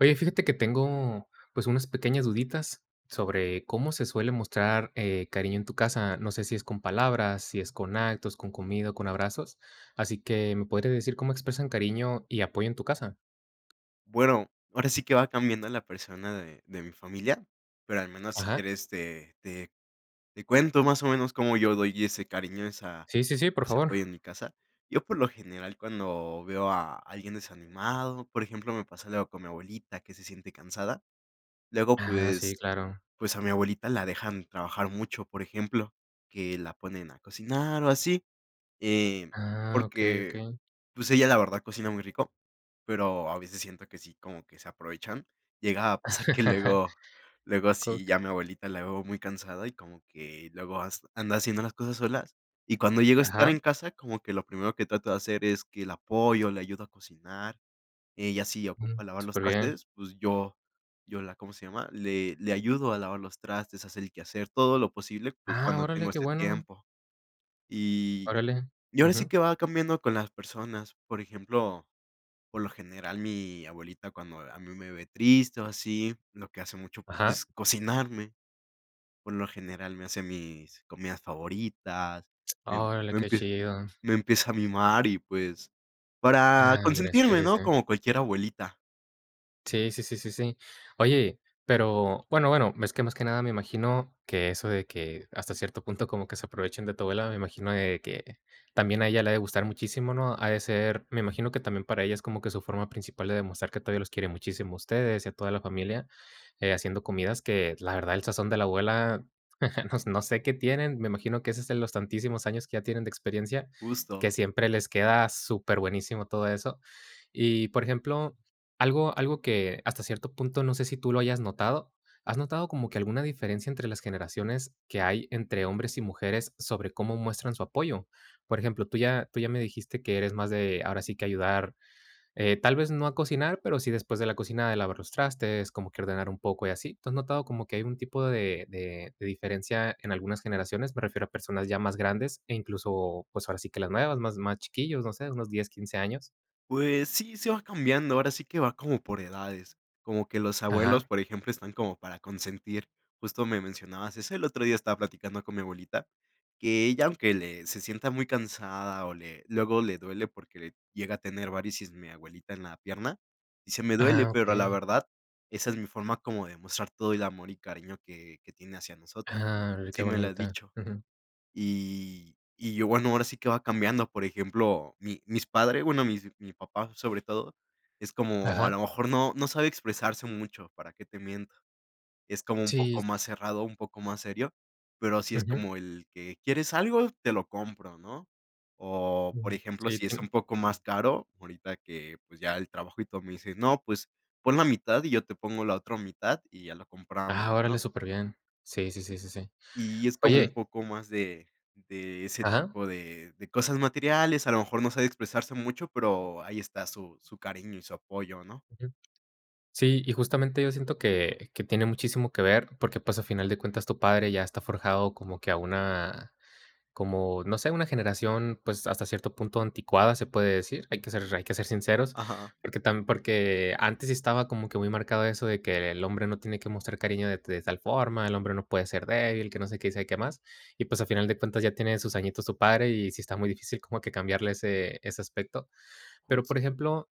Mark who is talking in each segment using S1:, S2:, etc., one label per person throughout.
S1: Oye, fíjate que tengo, pues, unas pequeñas duditas sobre cómo se suele mostrar, cariño en tu casa. No sé si es con palabras, si es con actos, con comida, con abrazos. Así que, ¿me podrías decir cómo expresan cariño y apoyo en tu casa?
S2: Bueno, ahora sí que va cambiando la persona de mi familia, pero al menos si
S1: Ajá.
S2: quieres te cuento más o menos cómo yo doy ese cariño, esa
S1: Sí, sí, sí, por
S2: ese
S1: favor.
S2: apoyo en mi casa. Yo, por lo general, cuando veo a alguien desanimado, por ejemplo, me pasa luego con mi abuelita que se siente cansada. Luego,
S1: Ah,
S2: pues
S1: sí, claro.
S2: pues a mi abuelita la dejan trabajar mucho, por ejemplo, que la ponen a cocinar o así, eh,
S1: Ah, okey,
S2: porque
S1: okey.
S2: pues ella, la verdad, cocina muy rico, pero a veces siento que sí, como que se aprovechan. Llega a pasar que luego
S1: Cook.
S2: sí, ya mi abuelita la veo muy cansada y como que luego has anda haciendo las cosas solas, y cuando llego a estar
S1: Ajá.
S2: en casa, como que lo primero que trato de hacer es que la apoyo, le ayudo a cocinar. Ella sí
S1: Mm,
S2: ocupa lavar los
S1: súper bien.
S2: trastes, pues yo la ¿cómo se llama? Le ayudo a lavar los trastes, hacer el quehacer, todo lo posible, pues,
S1: Ah,
S2: cuando
S1: órale,
S2: tengo
S1: qué
S2: ese
S1: bueno.
S2: tiempo. Y
S1: Órale.
S2: y ahora sí
S1: Ujú.
S2: que va cambiando con las personas. Por ejemplo, por lo general, mi abuelita cuando a mí me ve triste o así, lo que hace mucho, pues, es
S1: Ajá.
S2: cocinarme. Por lo general, me hace mis comidas favoritas, me
S1: Órale,
S2: me
S1: qué
S2: empie
S1: chido.
S2: me empieza a mimar y, pues, para
S1: Ah, hombre, sí,
S2: consentirme,
S1: sí, sí.
S2: ¿no? Como cualquier abuelita,
S1: Sí, sí, sí, sí, sí. Oye, pero bueno, bueno, es que más que nada me imagino que eso de que hasta cierto punto como que se aprovechen de tu abuela, me imagino de que también a ella le ha de gustar muchísimo, ¿no? Ha de ser, me imagino que también para ella es como que su forma principal de demostrar que todavía los quiere muchísimo a ustedes y a toda la familia, haciendo comidas que la verdad el sazón de la abuela, no, no sé qué tienen, me imagino que ese es de los tantísimos años que ya tienen de experiencia,
S2: justo.
S1: que siempre les queda súper buenísimo todo eso. Y por ejemplo. Algo que hasta cierto punto, no sé si tú lo hayas notado, ¿has notado como que alguna diferencia entre las generaciones que hay entre hombres y mujeres sobre cómo muestran su apoyo? Por ejemplo, tú ya me dijiste que eres más de, ahora sí que ayudar, tal vez no a cocinar, pero sí después de la cocina de lavar los trastes, como que ordenar un poco y así. ¿Tú has notado como que hay un tipo de diferencia en algunas generaciones? Me refiero a personas ya más grandes e incluso, pues, ahora sí que las nuevas, más chiquillos, no sé, unos 10, 15 años.
S2: Pues sí, sí va cambiando, ahora sí que va como por edades, como que los abuelos,
S1: Ajá.
S2: por ejemplo, están como para consentir. Justo me mencionabas eso, el otro día estaba platicando con mi abuelita, que ella, aunque le se sienta muy cansada o le luego le duele porque le llega a tener varices mi abuelita en la pierna, dice: "Me duele,
S1: Ah,
S2: pero la
S1: okey.
S2: verdad, esa es mi forma como de mostrar todo el amor y cariño que tiene hacia nosotros".
S1: Ah, qué
S2: Sí me lo ha
S1: bonita.
S2: dicho.
S1: Ujú.
S2: Y y yo, bueno, ahora sí que va cambiando, por ejemplo, mi mis padres, bueno, mis mi papá, sobre todo, es como, a
S1: Ajá.
S2: lo mejor no sabe expresarse mucho, ¿para qué te miento? Es como un
S1: Sí.
S2: poco más cerrado, un poco más serio, pero sí es
S1: Ujú.
S2: como el que: "¿Quieres algo? Te lo compro", ¿no? O, por
S1: Ujú.
S2: ejemplo,
S1: Sí,
S2: si es un
S1: tien
S2: poco más caro, ahorita que, pues, ya el trabajo y todo, me dice: "No, pues, pon la mitad y yo te pongo la otra mitad y ya lo
S1: ah,
S2: compramos",
S1: órale,
S2: ¿no?
S1: superbién. Sí, sí, sí, sí, sí.
S2: Y es como un
S1: Oye.
S2: poco más de ese
S1: Ajá.
S2: tipo de cosas materiales, a lo mejor no sabe expresarse mucho, pero ahí está su cariño y su apoyo, ¿no?
S1: Ujú. Sí, y justamente yo siento que tiene muchísimo que ver, porque, pues, a final de cuentas tu padre ya está forjado como que a una Como, no sé, una generación, pues, hasta cierto punto anticuada, se puede decir, hay que ser sinceros,
S2: Ajá.
S1: porque tam porque antes sí estaba como que muy marcado eso de que el hombre no tiene que mostrar cariño de tal forma, el hombre no puede ser débil, que no sé qué y sabe qué más. Y, pues, a final de cuentas ya tiene sus añitos su padre y sí está muy difícil como que cambiarle ese aspecto. Pero,
S2: Jus
S1: por ejemplo,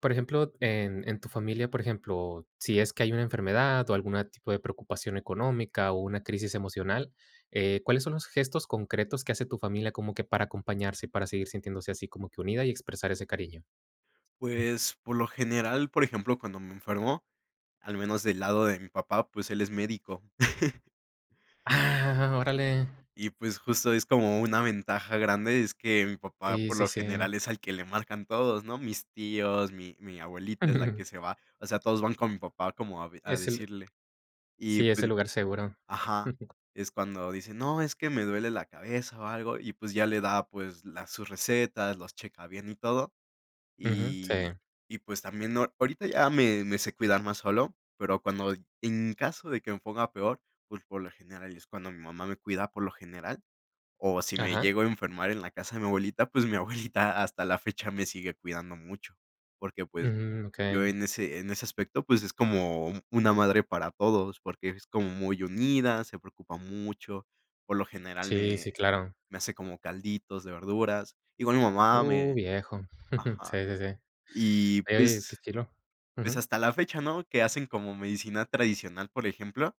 S1: por ejemplo, en tu familia, por ejemplo, si es que hay una enfermedad o algún tipo de preocupación económica o una crisis emocional, ¿cuáles son los gestos concretos que hace tu familia como que para acompañarse y para seguir sintiéndose así como que unida y expresar ese cariño?
S2: Pues, por lo general, por ejemplo, cuando me enfermo, al menos del lado de mi papá, pues él es médico.
S1: Ah, órale.
S2: Y, pues, justo es como una ventaja grande, es que mi papá,
S1: Sí,
S2: por
S1: sí,
S2: lo
S1: sí.
S2: general, es al que le marcan todos, ¿no? Mis tíos, mi abuelita es la que se va, o sea, todos van con mi papá como a ve a
S1: Es el
S2: decirle. Y,
S1: Sí, es el
S2: pues,
S1: lugar seguro.
S2: ajá, es cuando dice: "No, es que me duele la cabeza o algo", y pues ya le da, pues, las sus recetas, los checa bien y todo,
S1: Ujú, sí.
S2: y y pues también no ahorita ya me sé cuidar más solo, pero cuando en caso de que me ponga peor, pues por lo general es cuando mi mamá me cuida por lo general, o si me
S1: Ajá.
S2: llego a enfermar en la casa de mi abuelita, pues mi abuelita hasta la fecha me sigue cuidando mucho, porque pues
S1: Mm,
S2: yo
S1: okey.
S2: en ese aspecto, pues, es como una madre para todos, porque es como muy unida, se preocupa mucho. Por lo general
S1: Sí, sí, claro.
S2: me hace como calditos de verduras. Igual mi mamá me
S1: Viejo.
S2: ajá.
S1: Sí, sí, sí.
S2: Y,
S1: Ay, oye, qué chilo.
S2: pues,
S1: Ujú.
S2: hasta la fecha, ¿no? Que hacen como medicina tradicional, por ejemplo.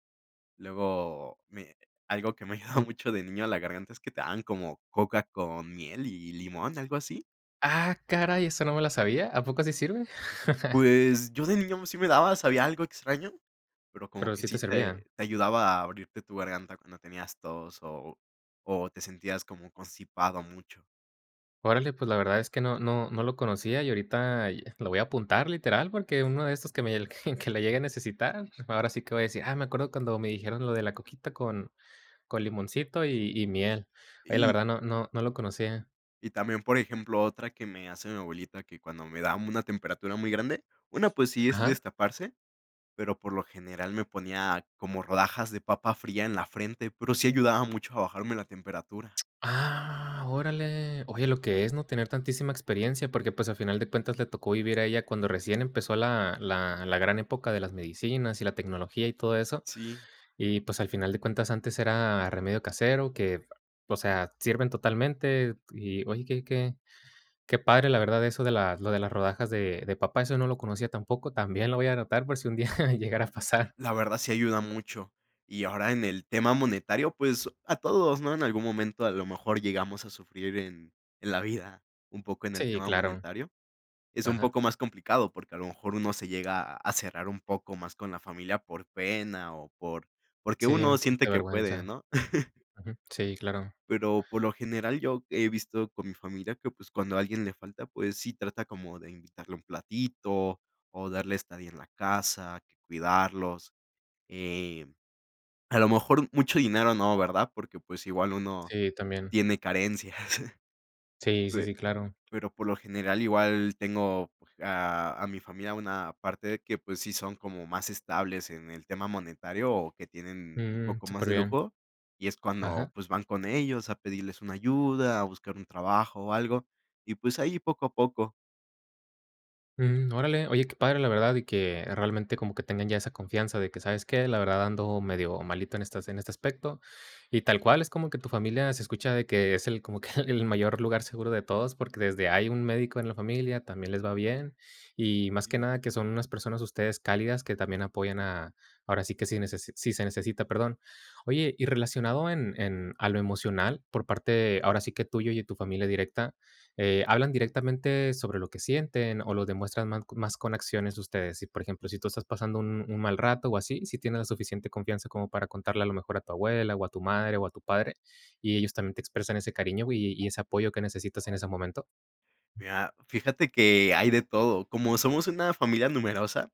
S2: Luego me Algo que me ayudaba
S1: Un
S2: mucho de niño a la garganta es que te dan como coca con miel y limón, algo así.
S1: Ah, caray, eso no me la sabía, ¿a poco así sirve?
S2: Pues, yo de niño sí me daba, sabía algo extraño, pero como
S1: Pero
S2: que
S1: sí te
S2: sí
S1: servía.
S2: te ayudaba a abrirte tu garganta cuando tenías tos o te sentías como constipado mucho.
S1: Órale, pues la verdad es que no lo conocía y ahorita y lo voy a apuntar literal, porque uno de estos que me que la llegue a necesitar, ahora sí que voy a decir: "Ah, me acuerdo cuando me dijeron lo de la coquita con limoncito y miel". Oye, la
S2: Y
S1: verdad no lo conocía.
S2: y también, por ejemplo, otra que me hace mi abuelita, que cuando me da una temperatura muy grande, una, pues sí es
S1: Ajá.
S2: destaparse, pero por lo general me ponía como rodajas de papa fría en la frente, pero sí ayudaba mucho a bajarme la temperatura.
S1: Ah, órale. Oye, lo que es, ¿no?, tener tantísima experiencia, porque, pues, a final de cuentas le tocó vivir a ella cuando recién empezó la gran época de las medicinas y la tecnología y todo eso.
S2: Sí.
S1: Y, pues, al final de cuentas, antes era remedio casero que, o sea, sirven totalmente. Y, oye, qué padre, la verdad, eso de la lo de las rodajas de papa, eso no lo conocía tampoco. También lo voy a anotar por si un día llegara a pasar.
S2: La verdad sí ayuda mucho. Y ahora en el tema monetario, pues a todos, ¿no? En algún momento a lo mejor llegamos a sufrir en la vida un poco en el
S1: Sí,
S2: tema
S1: claro.
S2: monetario. Es un
S1: Ajá.
S2: poco más complicado porque a lo mejor uno se llega a cerrar un poco más con la familia por pena o por porque
S1: Sí,
S2: uno
S1: un poquito
S2: siente
S1: de
S2: que puede,
S1: vergüenza.
S2: ¿no?
S1: Ujú. Sí, claro.
S2: Pero por lo general yo he visto con mi familia que pues cuando a alguien le falta, pues sí trata como de invitarle un platito o darle estadía en la casa, que cuidarlos. eh, a lo mejor mucho dinero no, ¿verdad? Porque, pues, igual uno
S1: Sí, también.
S2: tiene carencias,
S1: Sí, sí,
S2: pe
S1: sí, claro.
S2: pero por lo general igual tengo pues, a mi familia una parte de que, pues, sí son como más estables en el tema monetario o que tienen un
S1: Mm,
S2: poco más
S1: súper
S2: de
S1: bien.
S2: lujo, y es cuando,
S1: Ajá.
S2: pues, van con ellos a pedirles una ayuda, a buscar un trabajo o algo, y pues ahí poco a poco.
S1: Mm, órale. Oye, qué padre, la verdad, y que realmente como que tengan ya esa confianza de que, ¿sabes qué? La verdad ando medio malito en estas, en este aspecto. Y tal cual, es como que tu familia se escucha de que es el, como que el mayor lugar seguro de todos, porque desde hay un médico en la familia, también les va bien. Y más que
S2: Sí.
S1: nada que son unas personas ustedes cálidas que también apoyan a, ahora sí que si, si se necesita, perdón. Oye, y relacionado en a lo emocional, por parte, ahora sí que tuyo y de tu familia directa. ¿Hablan directamente sobre lo que sienten o lo demuestran más con acciones ustedes? Si, por ejemplo, si tú estás pasando un mal rato o así, si tienes la suficiente confianza como para contarle a lo mejor a tu abuela, o a tu madre, o a tu padre, y ellos también te expresan ese cariño y ese apoyo que necesitas en ese momento.
S2: Mira, fíjate que hay de todo. Como somos una familia numerosa,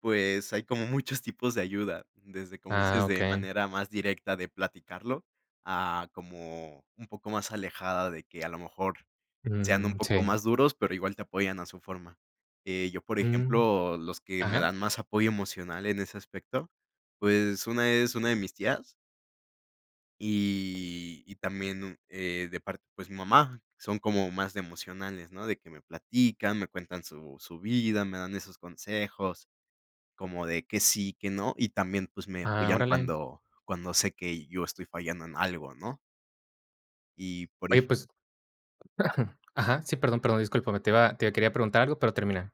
S2: pues, hay como muchos tipos de ayuda, desde, como
S1: Ah,
S2: dices, de
S1: okey.
S2: manera más directa de platicarlo, a como un poco más alejada de que a lo mejor sean un
S1: Mm,
S2: poco
S1: sí.
S2: más duros, pero igual te apoyan a su forma. Yo, por
S1: Mm,
S2: ejemplo, los que me
S1: ajá.
S2: dan más apoyo emocional en ese aspecto, pues, una de mis tías y también, de parte, pues, mi mamá, son como más de emocionales, ¿no? De que me platican, me cuentan su vida, me dan esos consejos. Como de que sí, que no, y también, pues, me
S1: Ah,
S2: apoyan
S1: órale.
S2: cuando sé que yo estoy fallando en algo, ¿no? Y por ej
S1: Oye, pues ajá, sí, perdón, perdón, discúlpame, te quería preguntar algo, pero termina.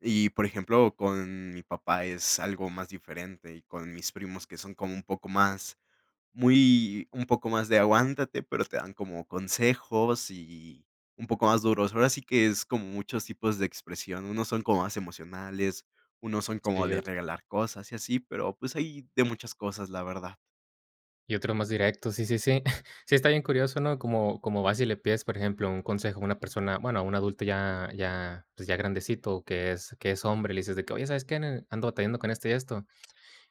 S2: y por ejemplo, con mi papá es algo más diferente, y con mis primos que son como un poco más muy un poco más de aguántate, pero te dan como consejos y un poco más duros. Ahora sí que es como muchos tipos de expresión. Unos son como más emocionales, unos son
S1: Sí,
S2: como de
S1: yo
S2: regalar cosas y así, pero, pues, hay de muchas cosas, la verdad.
S1: y otro más directo, sí, sí, sí. Sí, está bien curioso, ¿no? Como vas y le pides, por ejemplo, un consejo a una persona, bueno, a un adulto ya ya, pues, ya grandecito, que es hombre, le dices de que: "Oye, ¿sabes qué? Nen, ando batallando con esto y esto".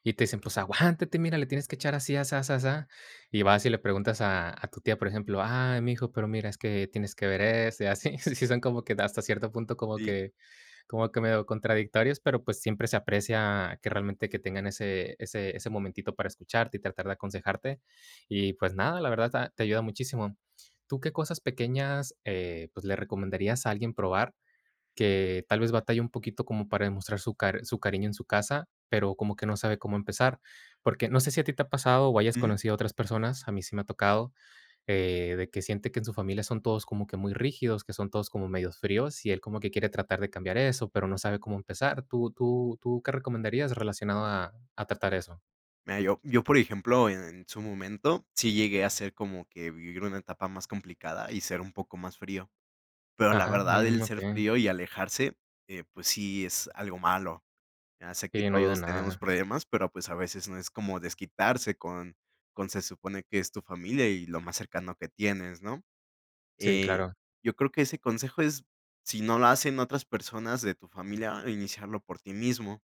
S1: Y te dicen: "Pues aguántate, mira, le tienes que echar así, así así así". Y vas y le preguntas a tu tía, por ejemplo: "Ay, mijo, pero mira, es que tienes que ver esto", y así. Sí, son como que hasta cierto punto como
S2: Sí.
S1: que como que medio contradictorios, pero pues siempre se aprecia que realmente que tengan ese momentito para escucharte y tratar de aconsejarte. Y pues nada, la verdad, te ayuda muchísimo. ¿Tú qué cosas pequeñas, pues, le recomendarías a alguien probar que tal vez batalla un poquito como para demostrar su cariño en su casa, pero como que no sabe cómo empezar. Porque no sé si a ti te ha pasado o hayas conocido a otras personas, a mí sí me ha tocado, de que siente que en su familia son todos como que muy rígidos, que son todos como medios fríos, y él como que quiere tratar de cambiar eso, pero no sabe cómo empezar. ¿Tú qué recomendarías relacionado a tratar eso?
S2: Mira, yo, por ejemplo, en su momento, sí llegué a ser como que vivir una etapa más complicada y ser un poco más frío, pero la
S1: Ajá,
S2: verdad, el
S1: mm,
S2: ser
S1: okey.
S2: frío y alejarse, pues sí es algo malo. Ya sé que
S1: Sí, no ayuda en
S2: todos tenemos
S1: nada.
S2: problemas, pero, pues, a veces no es como desquitarse con se supone que es tu familia y lo más cercano que tienes, ¿no?
S1: Sí,
S2: Eh,
S1: claro.
S2: yo creo que ese consejo es, si no lo hacen otras personas de tu familia, iniciarlo por ti mismo.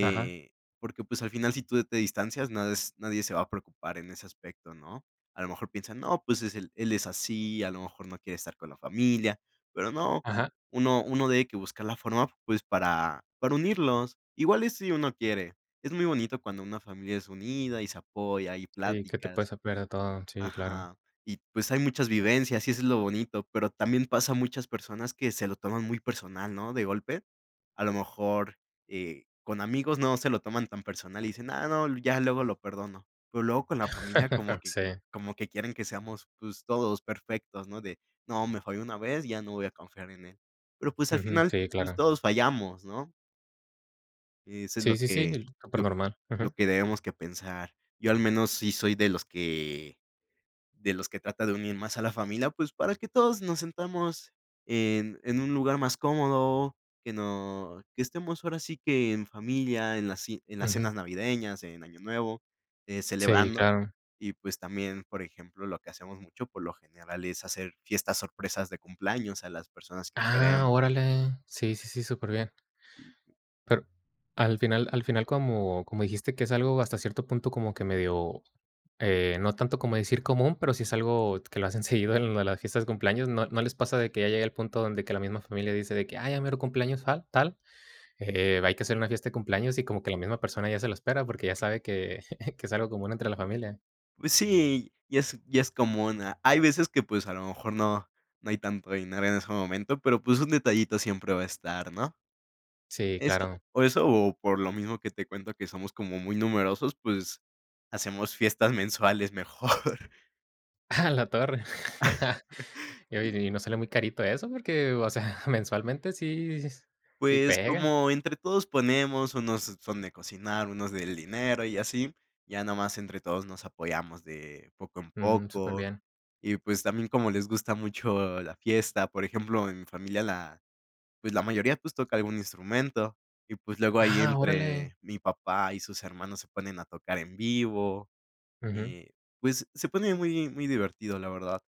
S1: Ajá,
S2: Porque, pues, al final, si tú te distancias, nada es nadie se va a preocupar en ese aspecto, ¿no? A lo mejor piensan: "No, pues, es él es así, a lo mejor no quiere estar con la familia", pero no,
S1: ajá.
S2: uno debe que buscar la forma, pues, para unirlos, igual es si uno quiere. Es muy bonito cuando una familia es unida y se apoya, y
S1: Sí, que te
S2: pláticas.
S1: puedes apropiar de todo. Sí, claro.
S2: Ajá. Y, pues, hay muchas vivencias, y eso es lo bonito, pero también pasa a muchas personas que se lo toman muy personal, ¿no?, de golpe. A lo mejor, con amigos no se lo toman tan personal y dicen: "Ah, no, ya luego lo perdono". Pero luego con la familia
S1: Sí.
S2: como que quieren que seamos, pues, todos perfectos, ¿no?, de: "No, me falló una vez, ya no voy a confiar en él". Pero, pues, al
S1: Ujú.
S2: final,
S1: Sí,
S2: pues,
S1: claro.
S2: todos fallamos, ¿no? Eso es lo
S1: Sí, sí, sí,
S2: que
S1: súper
S2: lo
S1: normal.
S2: lo
S1: Ujú,
S2: que debemos que pensar. Yo al menos sí soy de los que trata de unir más a la familia, pues, para que todos nos sentamos en un lugar más cómodo, que no que estemos ahora sí que en familia, en las
S1: ujú.
S2: cenas navideñas, en Año Nuevo,
S1: Sí,
S2: celebrando.
S1: claro.
S2: Y, pues, también, por ejemplo, lo que hacemos mucho, por lo general, es hacer fiestas sorpresas de cumpleaños a las personas que
S1: Ah,
S2: queremos.
S1: órale. Sí, sí, sí, súper bien.
S2: Y,
S1: Al final, como dijiste que es algo hasta cierto punto como que medio, no tanto como decir común, pero sí es algo que lo hacen seguido en lo de las fiestas de cumpleaños, ¿no les pasa de que ya llega el punto donde que la misma familia dice de que: "Ah, ya mero cumpleaños tal tal, hay que hacer una fiesta de cumpleaños", y como que la misma persona ya se lo espera porque ya sabe que que es algo común entre la familia?
S2: pues sí, y es común. Ah, hay veces que, pues, a lo mejor no hay tanto dinero en ese momento, pero, pues, un detallito siempre va a estar, ¿no?
S1: Sí,
S2: Eso
S1: claro.
S2: o eso, o por lo mismo que te cuento que somos como muy numerosos, pues, hacemos fiestas mensuales mejor.
S1: ¡A la torre! Y oye,
S2: Sí,
S1: ¿y no sale muy carito eso? Porque, o sea, mensualmente sí
S2: pues,
S1: pega.
S2: como entre todos ponemos, unos son de cocinar, unos del dinero y así, ya nomás entre todos nos apoyamos de poco en
S1: Mm, súper
S2: poco.
S1: bien.
S2: Y, pues, también como les gusta mucho la fiesta, por ejemplo, en mi familia la pues, la mayoría, pues, toca algún instrumento y, pues, luego ahí
S1: Ah, órale.
S2: entre mi papá y sus hermanos se ponen a tocar en vivo.
S1: Ujú,
S2: Eh, pues, se pone muy muy divertido, la verdad.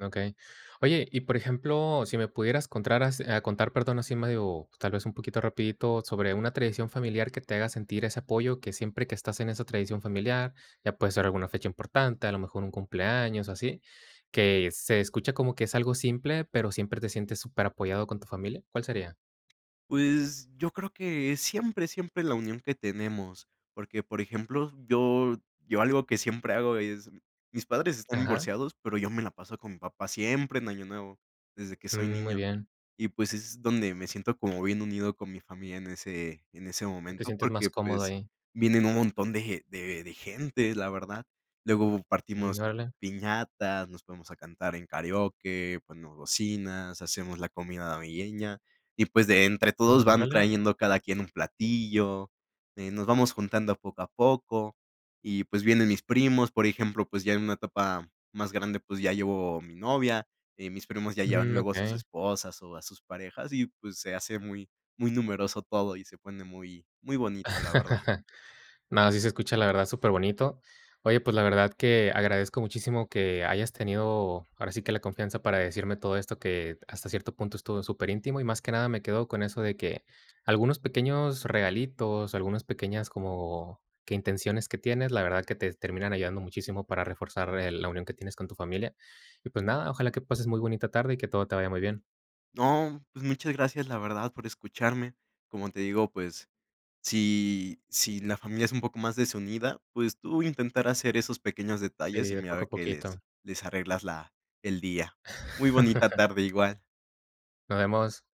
S1: okey. Oye, y por ejemplo, si me pudieras contar contar, perdón, así medio, tal vez un poquito rapidito sobre una tradición familiar que te haga sentir ese apoyo, que siempre que estás en esa tradición familiar, ya puede ser alguna fecha importante, a lo mejor un cumpleaños así, que se escucha como que es algo simple, pero siempre te sientes súper apoyado con tu familia, ¿cuál sería?
S2: Pues, yo creo que es siempre, siempre la unión que tenemos, porque, por ejemplo, yo algo que siempre hago es mis padres están
S1: Ajá.
S2: divorciados, pero yo me la paso con mi papá siempre en Año Nuevo, desde que soy
S1: Mm, muy
S2: niño.
S1: bien.
S2: Y, pues, es donde me siento como bien unido con mi familia en ese
S1: Sí, ¿te
S2: momento,
S1: sientes más
S2: porque,
S1: cómodo
S2: pues,
S1: ahí?
S2: vienen un montón de gente, la verdad. Luego
S1: Mm,
S2: partimos
S1: órale,
S2: piñatas, nos ponemos a cantar en karaoke, ponemos bocinas, hacemos la comida navideña y, pues, de entre todos
S1: mm,
S2: van
S1: órale,
S2: trayendo cada quien un platillo, nos vamos juntando poco a poco y, pues, vienen mis primos, por ejemplo, pues, ya en una etapa más grande, pues, ya llevo mi novia, mis primos ya llevan
S1: mm,
S2: luego a sus
S1: okey.
S2: esposas o a sus parejas y, pues, se hace muy muy numeroso todo y se pone muy muy bonito, la verdad.
S1: No, sí se escucha, la verdad, súper bonito. Oye, pues, la verdad que agradezco muchísimo que hayas tenido, ahora sí que la confianza para decirme todo esto que hasta cierto punto estuvo súper íntimo y más que nada me quedo con eso de que algunos pequeños regalitos, algunas pequeñas como que intenciones que tienes, la verdad que te terminan ayudando muchísimo para reforzar, la unión que tienes con tu familia. Y, pues, nada, ojalá que pases muy bonita tarde y que todo te vaya muy bien.
S2: No, pues, muchas gracias, la verdad, por escucharme. Como te digo, pues, si la familia es un poco más desunida, pues, tú intentar hacer esos pequeños
S1: Sí,
S2: detalles y
S1: de poco
S2: mira
S1: a
S2: que
S1: poquito.
S2: les arreglas la el día. Muy bonita tarde igual.
S1: Nos vemos.